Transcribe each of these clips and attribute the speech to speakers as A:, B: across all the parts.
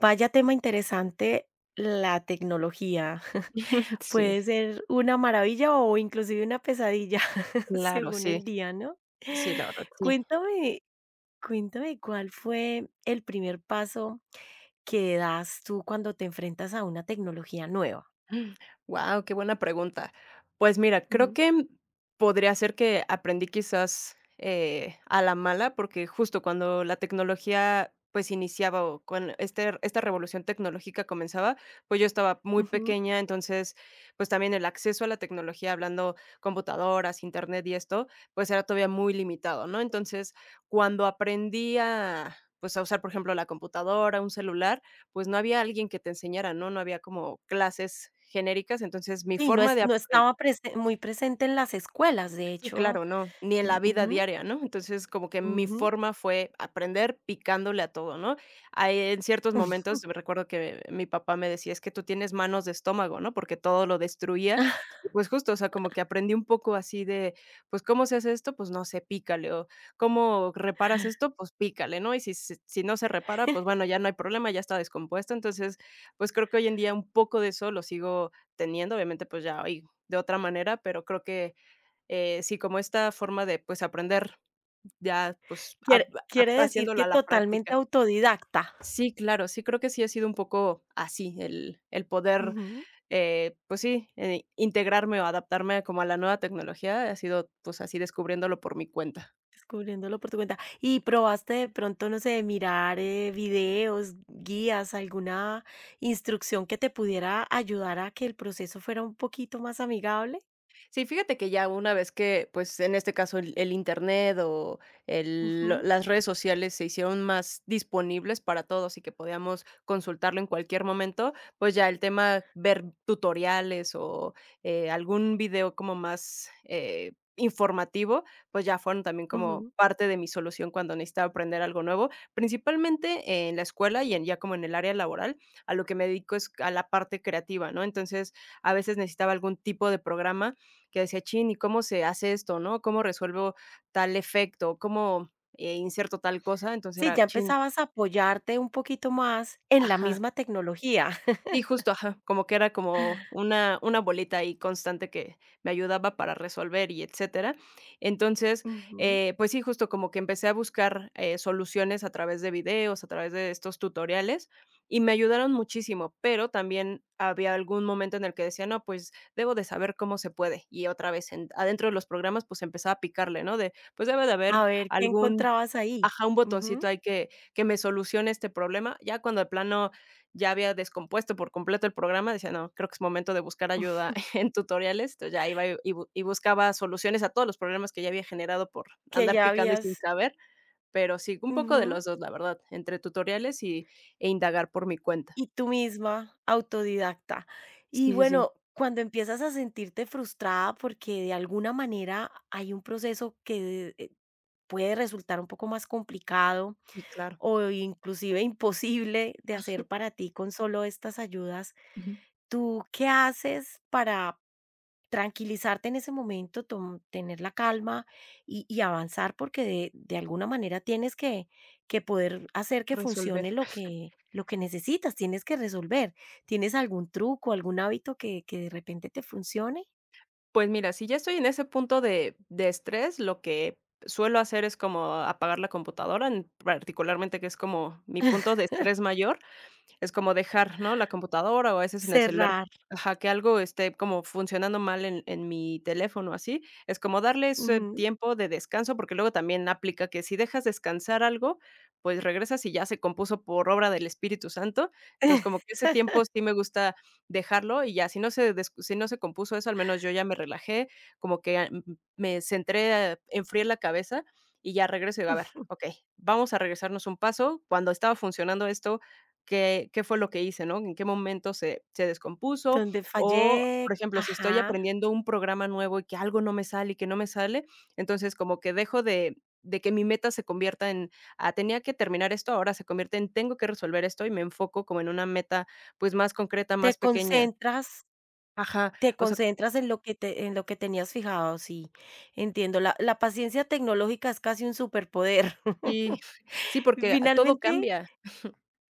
A: Vaya tema interesante la tecnología.
B: Sí,
A: Puede ser una maravilla o inclusive una pesadilla
B: claro,
A: según
B: sí,
A: el día, ¿no?
B: sí, la verdad, sí.
A: Cuéntame, cuéntame cuál fue el primer paso que das tú cuando te enfrentas a una tecnología nueva.
B: Wow, qué buena pregunta. Pues mira, creo
A: Ujú,
B: que podría ser que aprendí quizás, a la mala, porque justo cuando la tecnología, pues, iniciaba o con esta revolución tecnológica comenzaba, pues, yo estaba muy
A: ujú.
B: pequeña, entonces, pues, también el acceso a la tecnología, hablando computadoras, Internet y esto, pues, era todavía muy limitado, ¿no? Entonces, cuando aprendí a, pues, a usar, por ejemplo, la computadora, un celular, pues no había alguien que te enseñara, ¿no? No había como clases genéricas, entonces mi
A: Sí, no
B: forma
A: es
B: de
A: no
B: apren.
A: estaba presen muy presente en las escuelas, de
B: Sí,
A: hecho.
B: claro, no, ni en
A: Mm,
B: la vida
A: ujú,
B: diaria, ¿no? Entonces, como que mi
A: ujú.
B: forma fue aprender picándole a todo, ¿no? Hay en ciertos momentos, me recuerdo que mi papá me decía: "Es que tú tienes manos de estómago", ¿no? Porque todo lo destruía. Y, pues, justo, o sea, como que aprendí un poco así de, pues, ¿cómo se hace esto? Pues, no sé, pícale, o, ¿cómo reparas esto? Pues, pícale, ¿no? Y si no se repara, pues, bueno, ya no hay problema, ya está descompuesto. Entonces, pues, creo que hoy en día un poco de eso lo sigo teniendo, obviamente, pues, ya hoy de otra manera, pero creo que sí, como esta forma de, pues, aprender ya, pues, ha
A: Quiere
B: ha
A: decir
B: haciéndolo a
A: que
B: la
A: totalmente
B: práctica.
A: autodidacta.
B: Sí, claro, sí creo que sí ha sido un poco así el poder,
A: Ujú.
B: pues sí, integrarme o adaptarme como a la nueva tecnología, ha sido, pues, así descubriéndolo por mi cuenta.
A: Descubriéndolo por tu cuenta. ¿Y probaste de pronto, no sé, mirar videos, guías, alguna instrucción que te pudiera ayudar a que el proceso fuera un poquito más amigable?
B: Sí, fíjate que ya una vez que, pues, en este caso, el Internet o el lo
A: Ujú,
B: las redes sociales se hicieron más disponibles para todos y que podíamos consultarlo en cualquier momento, pues, ya el tema ver tutoriales o, algún video como más, informativo, pues, ya fueron también como
A: ujú.
B: parte de mi solución cuando necesitaba aprender algo nuevo, principalmente en la escuela y en ya como en el área laboral, a lo que me dedico es a la parte creativa, ¿no? Entonces, a veces necesitaba algún tipo de programa que decía: "Chin, ¿y cómo se hace esto, no? ¿Cómo resuelvo tal efecto? ¿Cómo, inserto tal cosa?". Entonces
A: Sí,
B: era:
A: ya
B: "Chin".
A: empezabas a apoyarte un poquito más en la
B: Ajá.
A: misma tecnología.
B: Sí, justo, ajá, como que era como una bolita ahí constante que me ayudaba para resolver y etcétera. Entonces,
A: Ujú.
B: pues sí, justo como que empecé a buscar, soluciones a través de videos, a través de estos tutoriales, y me ayudaron muchísimo, pero también había algún momento en el que decía: "No, pues, debo de saber cómo se puede", y otra vez en adentro de los programas, pues, empezaba a picarle, ¿no? De, pues, debe de haber
A: A ver qué
B: algún,
A: encontrabas ahí.
B: ajá, un botoncito
A: Ujú.
B: ahí que me solucione este problema. Ya cuando de plano ya había descompuesto por completo el programa, decía: "No, creo que es momento de buscar ayuda en tutoriales". Entonces, ya iba y buscaba soluciones a todos los problemas que ya había generado por
A: Que
B: andar
A: ya
B: picando y sin
A: habías
B: saber, pero sí, un poco de
A: ujú.
B: los 2 la verdad, entre tutoriales y e indagar por mi cuenta.
A: Y tú misma, autodidacta. Y
B: Sí, sí, sí.
A: bueno, cuando empiezas a sentirte frustrada porque de alguna manera hay un proceso que puede resultar un poco más complicado
B: Y claro.
A: o inclusive imposible de hacer para ti con solo estas ayudas,
B: Ujú.
A: ¿tú qué haces para tranquilizarte en ese momento, tener la calma y avanzar porque de alguna manera tienes que poder hacer que funcione
B: Resolver.
A: lo que necesitas, tienes que resolver. ¿Tienes algún truco, algún hábito que de repente te funcione?
B: Pues mira, si ya estoy en ese punto de estrés, lo que suelo hacer es como apagar la computadora, en particularmente, que es como mi punto de estrés mayor. Es como dejar, ¿no?, la computadora o a veces en el celular,
A: Cerrar.
B: ajá, que algo esté como funcionando mal en mi teléfono, así. Es como darle ese
A: Ujú.
B: tiempo de descanso, porque luego también aplica que si dejas descansar algo, pues regresas y ya se compuso por obra del Espíritu Santo. Entonces, como que ese tiempo sí me gusta dejarlo y ya, si no se compuso eso, al menos yo ya me relajé, como que, ah, mm, me centré, enfrié la cabeza y ya regreso y digo: "A ver, okey, vamos a regresarnos un paso. Cuando estaba funcionando esto, qué fue lo que hice, ¿no? En qué momento se descompuso,
A: Donde
B: o, por
A: fallé,
B: ejemplo, si estoy
A: ajá,
B: aprendiendo un programa nuevo y que algo no me sale y que no me sale, entonces como que dejo de que mi meta se convierta en: "Ah, tenía que terminar esto", ahora se convierte en: "Tengo que resolver esto", y me enfoco como en una meta, pues, más concreta,
A: te
B: más pequeña.
A: concentras,
B: Ajá,
A: te
B: o sea,
A: concentras en lo que te, en lo que tenías fijado, sí, entiendo. La paciencia tecnológica es casi un superpoder.
B: sí, sí, porque todo
A: Finalmente,
B: cambia.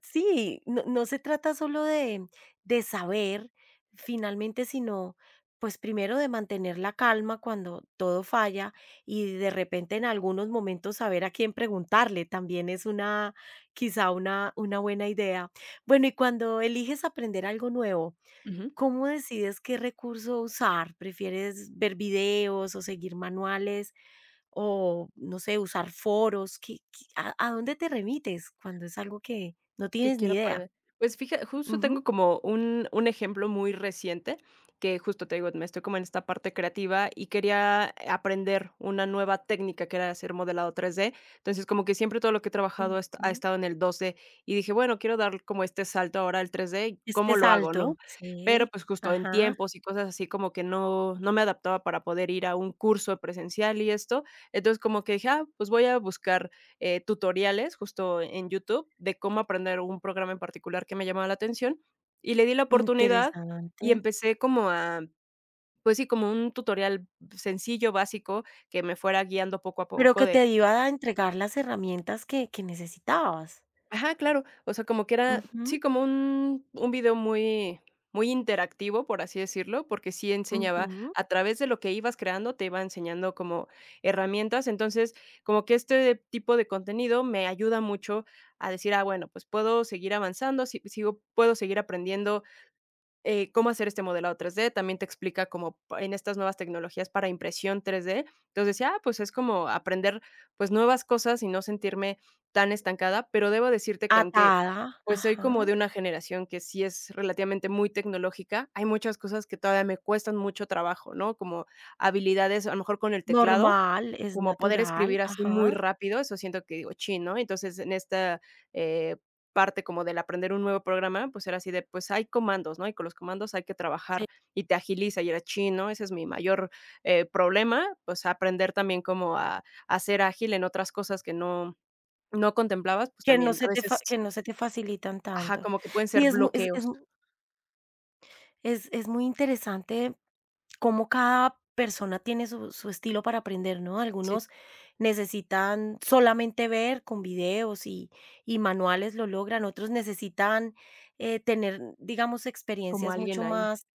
A: sí, no, no se trata solo de saber finalmente, sino pues primero de mantener la calma cuando todo falla y de repente en algunos momentos saber a quién preguntarle también es una, quizá una buena idea. Bueno, y cuando eliges aprender algo nuevo, ¿cómo decides qué recurso usar? ¿Prefieres ver videos o seguir manuales? O, no sé, usar foros, ¿qué qué a dónde te remites cuando es algo que no
B: Que
A: tienes ni
B: quiero
A: idea?
B: aprender. Pues fíjate, justo
A: Ujú.
B: tengo como un ejemplo muy reciente, que justo te digo, me estoy como en esta parte creativa y quería aprender una nueva técnica que era hacer modelado 3D. Entonces, como que siempre todo lo que he trabajado est ha
A: Ujú.
B: estado en el 2D y dije: "Bueno, quiero dar como este salto ahora al 3D, ¿cómo
A: Este
B: lo hago?", ¿no?
A: salto,
B: Pero,
A: sí,
B: pues, justo en
A: ajá,
B: tiempos y cosas así como que no me adaptaba para poder ir a un curso presencial y esto. Entonces, como que dije: "Ah, pues voy a buscar tutoriales justo en YouTube de cómo aprender un programa en particular que me llamaba la atención y le di la oportunidad y
A: interesante,
B: empecé como a, pues sí, como un tutorial sencillo, básico, que me fuera guiando poco a
A: pero
B: poco
A: que
B: de.
A: te iba a entregar las herramientas que necesitabas.
B: Ajá, claro. O sea, como que era,
A: Ujú,
B: sí, como un video muy muy interactivo, por así decirlo, porque sí enseñaba
A: ujú,
B: a través de lo que ibas creando, te iba enseñando como herramientas. Entonces, como que este tipo de contenido me ayuda mucho a decir: "Ah, bueno, pues puedo seguir avanzando, si sigo puedo seguir aprendiendo cómo hacer este modelado 3D, también te explica como pa- en estas nuevas tecnologías para impresión 3D. Entonces decía, ah, pues es como aprender pues nuevas cosas y no sentirme tan estancada, pero debo decirte que aunque
A: atada,
B: pues soy como de
A: ajá,
B: una generación que sí es relativamente muy tecnológica, hay muchas cosas que todavía me cuestan mucho trabajo, ¿no? Como habilidades, a lo mejor con el teclado,
A: normal, es
B: como poder
A: natural,
B: escribir así muy
A: ajá,
B: rápido, eso siento que digo: "Chin", ¿no? Entonces, en esta, eh, parte como del aprender un nuevo programa, pues era así de, pues hay comandos, ¿no? Y con los comandos hay que
A: sí,
B: trabajar y te agiliza, y era: "Chin", ¿no? Ese es mi mayor, problema, pues aprender también como a ser ágil en otras cosas que no contemplabas, pues
A: que no
B: también a
A: se te fa
B: veces,
A: que no se te facilitan
B: ajá,
A: tanto.
B: como que pueden
A: Sí,
B: ser bloqueos.
A: es muy interesante cómo cada persona tiene su, su estilo para aprender, ¿no?
B: Sí,
A: Algunos necesitan solamente ver con videos y manuales lo logran, otros necesitan tener, digamos,
B: como
A: experiencias
B: alguien
A: mucho
B: ahí.
A: más,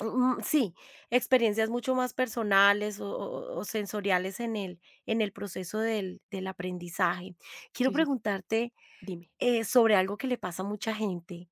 A: mm, sí, experiencias mucho más personales o, o sensoriales en el proceso del, del aprendizaje. Quiero
B: Sí, sí, sí.
A: preguntarte
B: Dime.
A: sobre algo que le pasa a mucha gente.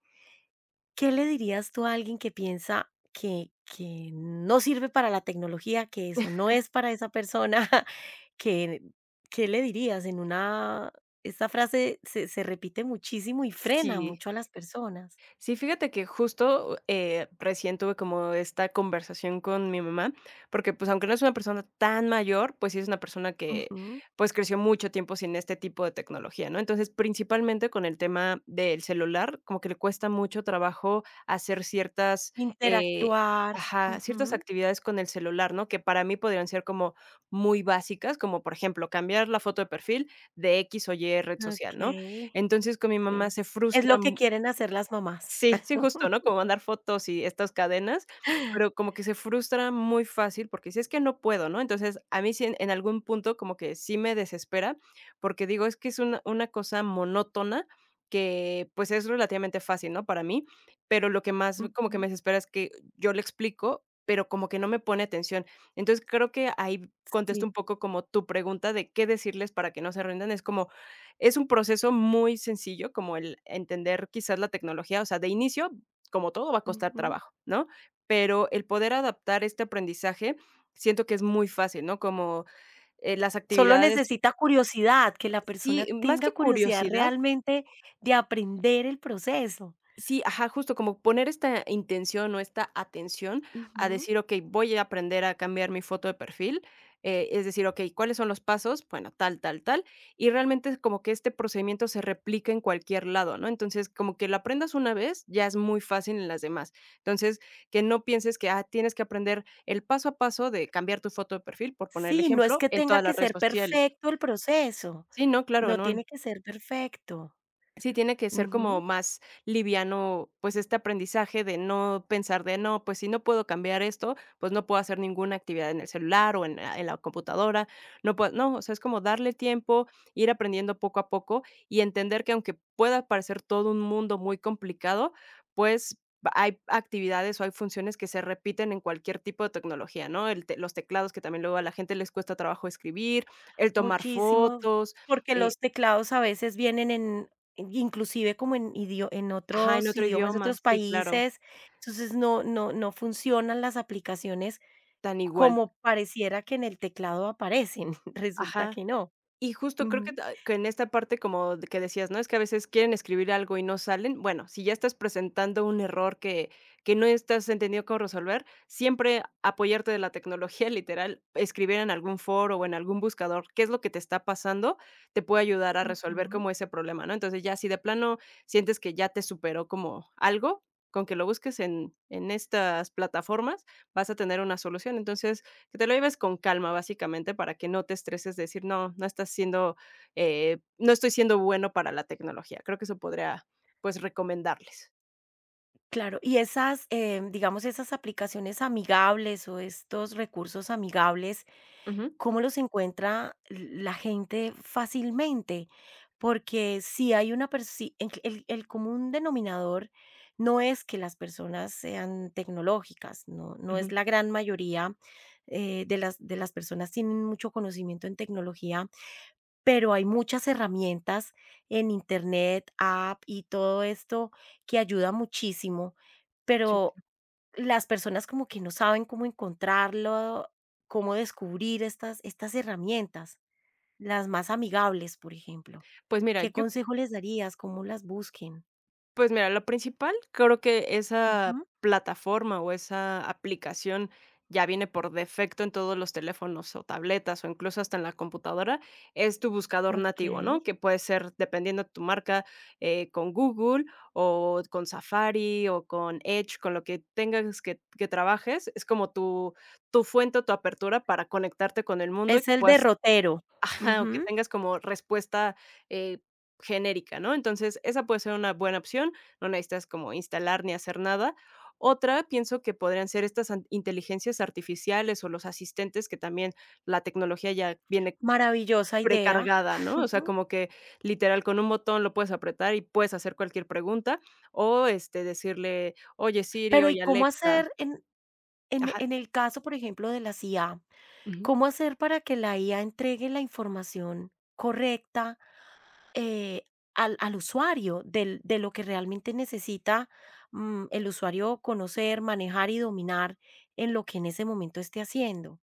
A: ¿Qué le dirías tú a alguien que piensa que no sirve para la tecnología, que eso no es para esa persona? ¿Qué qué le dirías? En una esta frase se se repite muchísimo y frena
B: Sí.
A: mucho a las personas.
B: Sí, fíjate que justo, recién tuve como esta conversación con mi mamá, porque, pues, aunque no es una persona tan mayor, pues, sí es una persona que,
A: Ujú.
B: pues, creció mucho tiempo sin este tipo de tecnología, ¿no? Entonces, principalmente con el tema del celular, como que le cuesta mucho trabajo hacer ciertas, eh
A: Interactuar.
B: ajá, ciertas
A: Ujú.
B: actividades con el celular, ¿no? Que para mí podrían ser como muy básicas, como, por ejemplo, cambiar la foto de perfil de X o Y red social, ¿no?
A: Okey,
B: Entonces, con mi mamá
A: sí.
B: se
A: Es
B: frustra.
A: lo que quieren hacer las mamás.
B: Sí, sí, justo, ¿no? Como mandar fotos y estas cadenas, pero como que se frustra muy fácil porque dice: "Es que no puedo", ¿no? Entonces, a mí sí en algún punto como que sí me desespera, porque digo, es que es una cosa monótona que, pues, es relativamente fácil, ¿no? Para mí, pero lo que más como que
A: Ujú.
B: me desespera es que yo le explico, pero como que no me pone atención. Entonces, creo que ahí contesto
A: Sí.
B: un poco como tu pregunta de qué decirles para que no se rindan. Es como, es un proceso muy sencillo, como el entender quizás la tecnología, o sea, de inicio, como todo, va a costar
A: Ujú.
B: trabajo, ¿no? Pero el poder adaptar este aprendizaje, siento que es muy fácil, ¿no? Como, las
A: Solo
B: actividades
A: necesita curiosidad, que la persona
B: sí, más
A: tenga
B: que
A: curiosidad
B: curiosidad.
A: realmente de aprender el proceso.
B: Sí, ajá, justo como poner esta intención o esta atención a
A: Ujú.
B: decir, okey, voy a aprender a cambiar mi foto de perfil, es decir, okey, ¿cuáles son los pasos? Bueno, tal, tal, tal, y realmente es como que este procedimiento se replica en cualquier lado, ¿no? Entonces, como que lo aprendas una vez, ya es muy fácil en las demás. Entonces, que no pienses que, ah, tienes que aprender el paso a paso de cambiar tu foto de perfil, por poner el
A: Sí, no es
B: ejemplo,
A: que
B: en
A: tenga
B: todas las
A: que
B: redes
A: ser
B: sociales.
A: perfecto el proceso,
B: Sí, no, claro,
A: no
B: no.
A: tiene que ser perfecto.
B: Sí, tiene que ser como
A: Ujú.
B: más liviano, pues, este aprendizaje de no pensar de: "No, pues, si no puedo cambiar esto, pues, no puedo hacer ninguna actividad en el celular o en la computadora, no puedo", no, o sea, es como darle tiempo, ir aprendiendo poco a poco y entender que aunque pueda parecer todo un mundo muy complicado, pues, va- hay actividades o hay funciones que se repiten en cualquier tipo de tecnología, ¿no? El te los teclados que también luego a la gente les cuesta trabajo escribir, el tomar
A: Muchísimo,
B: fotos.
A: porque
B: eh
A: los teclados a veces vienen en inclusive como en
B: ajá, en
A: otros
B: otro
A: idiomas de
B: idioma,
A: otros
B: sí, claro.
A: países, entonces no no funcionan las aplicaciones
B: Tan igual.
A: como pareciera que en el teclado aparecen, resulta
B: Ajá.
A: que no.
B: Y justo creo que
A: Ujú.
B: ta que en esta parte como de que decías, ¿no? Es que a veces quieren escribir algo y no salen. Bueno, si ya estás presentando un error que no estás entendido cómo resolver, siempre apoyarte de la tecnología, literal, escribir en algún foro o en algún buscador qué es lo que te está pasando, te puede ayudar a resolver
A: Ujú.
B: como ese problema, ¿no? Entonces, ya si de plano sientes que ya te superó como algo, con que lo busques en estas plataformas, vas a tener una solución. Entonces que te lo lleves con calma, básicamente, para que no te estreses de decir: "No, no estás siendo, no estoy siendo bueno para la tecnología". Creo que eso podría, pues, recomendarles.
A: Claro, y esas, digamos, esas aplicaciones amigables o estos recursos amigables,
B: Ujú,
A: ¿cómo los encuentra la gente fácilmente? Porque si hay una persona, el común denominador no es que las personas sean tecnológicas, no, no es
B: ujú.
A: la gran mayoría de las personas tienen mucho conocimiento en tecnología. Pero hay muchas herramientas en internet, app y todo esto que ayuda muchísimo,
B: Sí.
A: pero las personas como que no saben cómo encontrarlo, cómo descubrir estas estas herramientas, las más amigables, por ejemplo.
B: Pues mira,
A: ¿Qué
B: yo
A: consejo les darías? ¿Cómo las busquen?
B: Pues mira, lo principal, creo que esa
A: Ujú,
B: plataforma o esa aplicación ya viene por defecto en todos los teléfonos o tabletas o incluso hasta en la computadora, es tu buscador nativo, ¿no?
A: okey.
B: Que puede ser, dependiendo de tu marca, con Google o con Safari o con Edge, con lo que tengas que trabajes, es como tu fuente o tu apertura para conectarte con el mundo y
A: Es
B: que
A: el
B: puedas.
A: derrotero.
B: Ajá, o que
A: Ujú.
B: tengas como respuesta, eh, genérica, ¿no? Entonces, esa puede ser una buena opción, no necesitas como instalar ni hacer nada. Otra, pienso que podrían ser estas inteligencias artificiales o los asistentes que también la tecnología ya viene
A: Maravillosa idea.
B: precargada, ¿no? O sea,
A: Ujú.
B: como que literal con un botón lo puedes apretar y puedes hacer cualquier pregunta o decirle: "Oye Siri,
A: Pero, ¿y
B: oye
A: cómo
B: Alexa."
A: hacer en en
B: Ajá.
A: en el caso, por ejemplo, de las IA? ¿Cómo hacer para que la IA entregue la información correcta eh, al, al usuario de lo que realmente necesita mm, el usuario conocer, manejar y dominar en lo que en ese momento esté haciendo?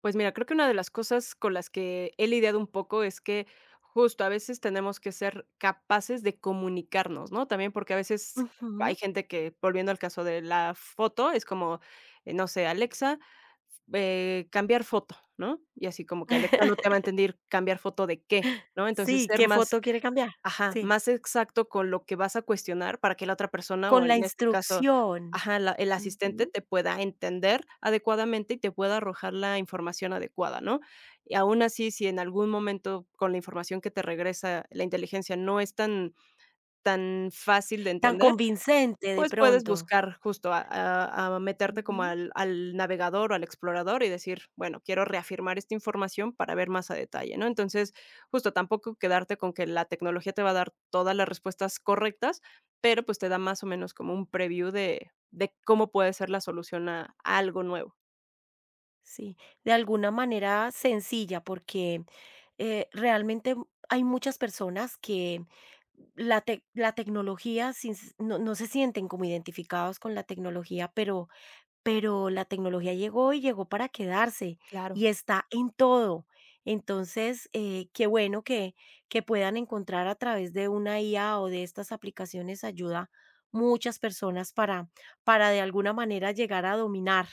B: Pues mira, creo que una de las cosas con las que he lidiado un poco es que justo a veces tenemos que ser capaces de comunicarnos, ¿no? También porque a veces hay
A: Ujú.
B: gente que, volviendo al caso de la foto, es como, no sé, Alexa, cambiar foto, ¿no? Y así como que Alexa no te va a entender cambiar foto de qué, ¿no? Entonces
A: Sí,
B: ser
A: ¿qué
B: más.
A: foto quiere cambiar?
B: Ajá,
A: Sí,
B: más exacto con lo que vas a cuestionar para que la otra persona, o
A: con la
B: en este caso,
A: instrucción.
B: ajá, la el asistente
A: Ujú.
B: te pueda entender adecuadamente y te pueda arrojar la información adecuada, ¿no? Y aún así, si en algún momento con la información que te regresa la inteligencia no es tan fácil de
A: Tan
B: entender,
A: convincente de
B: pues, puedes
A: pronto.
B: buscar justo a meterte como
A: Ujú.
B: al navegador o al explorador y decir: "Bueno, quiero reafirmar esta información para ver más a detalle", ¿no? Entonces, justo tampoco quedarte con que la tecnología te va a dar todas las respuestas correctas, pero, pues, te da más o menos como un preview de cómo puede ser la solución a algo nuevo.
A: Sí, de alguna manera sencilla, porque, realmente hay muchas personas que la tecnología sin s no no se sienten como identificados con la tecnología, pero la tecnología llegó y llegó para quedarse
B: Claro.
A: y está en todo. Entonces, qué bueno que puedan encontrar a través de una IA o de estas aplicaciones ayuda muchas personas para de alguna manera llegar a dominar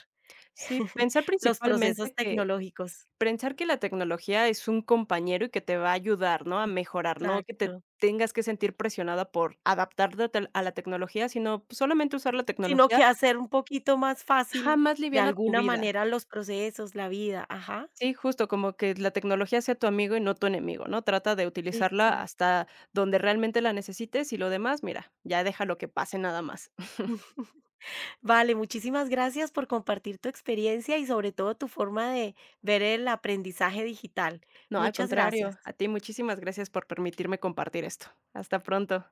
B: Sí, pensar
A: los procesos
B: principalmente que.
A: tecnológicos.
B: Pensar que la tecnología es un compañero y que te va a ayudar, ¿no?, a mejorar, no que te
A: Exacto.
B: tengas que sentir presionada por adaptarte a tel a la tecnología, sino, pues, solamente usar la
A: Sino
B: tecnología
A: que hacer un poquito más fácil
B: jamás
A: de
B: liviana tu
A: alguna
B: vida.
A: manera los procesos, la vida. Ajá.
B: Sí, justo, como que la tecnología sea tu amigo y no tu enemigo, ¿no? Trata de utilizarla
A: Exacto.
B: hasta donde realmente la necesites y lo demás, mira, ya deja lo que pase nada más.
A: Vale, muchísimas gracias por compartir tu experiencia y sobre todo tu forma de ver el aprendizaje digital.
B: No, al
A: Muchas gracias.
B: contrario, a ti muchísimas gracias por permitirme compartir esto. Hasta pronto.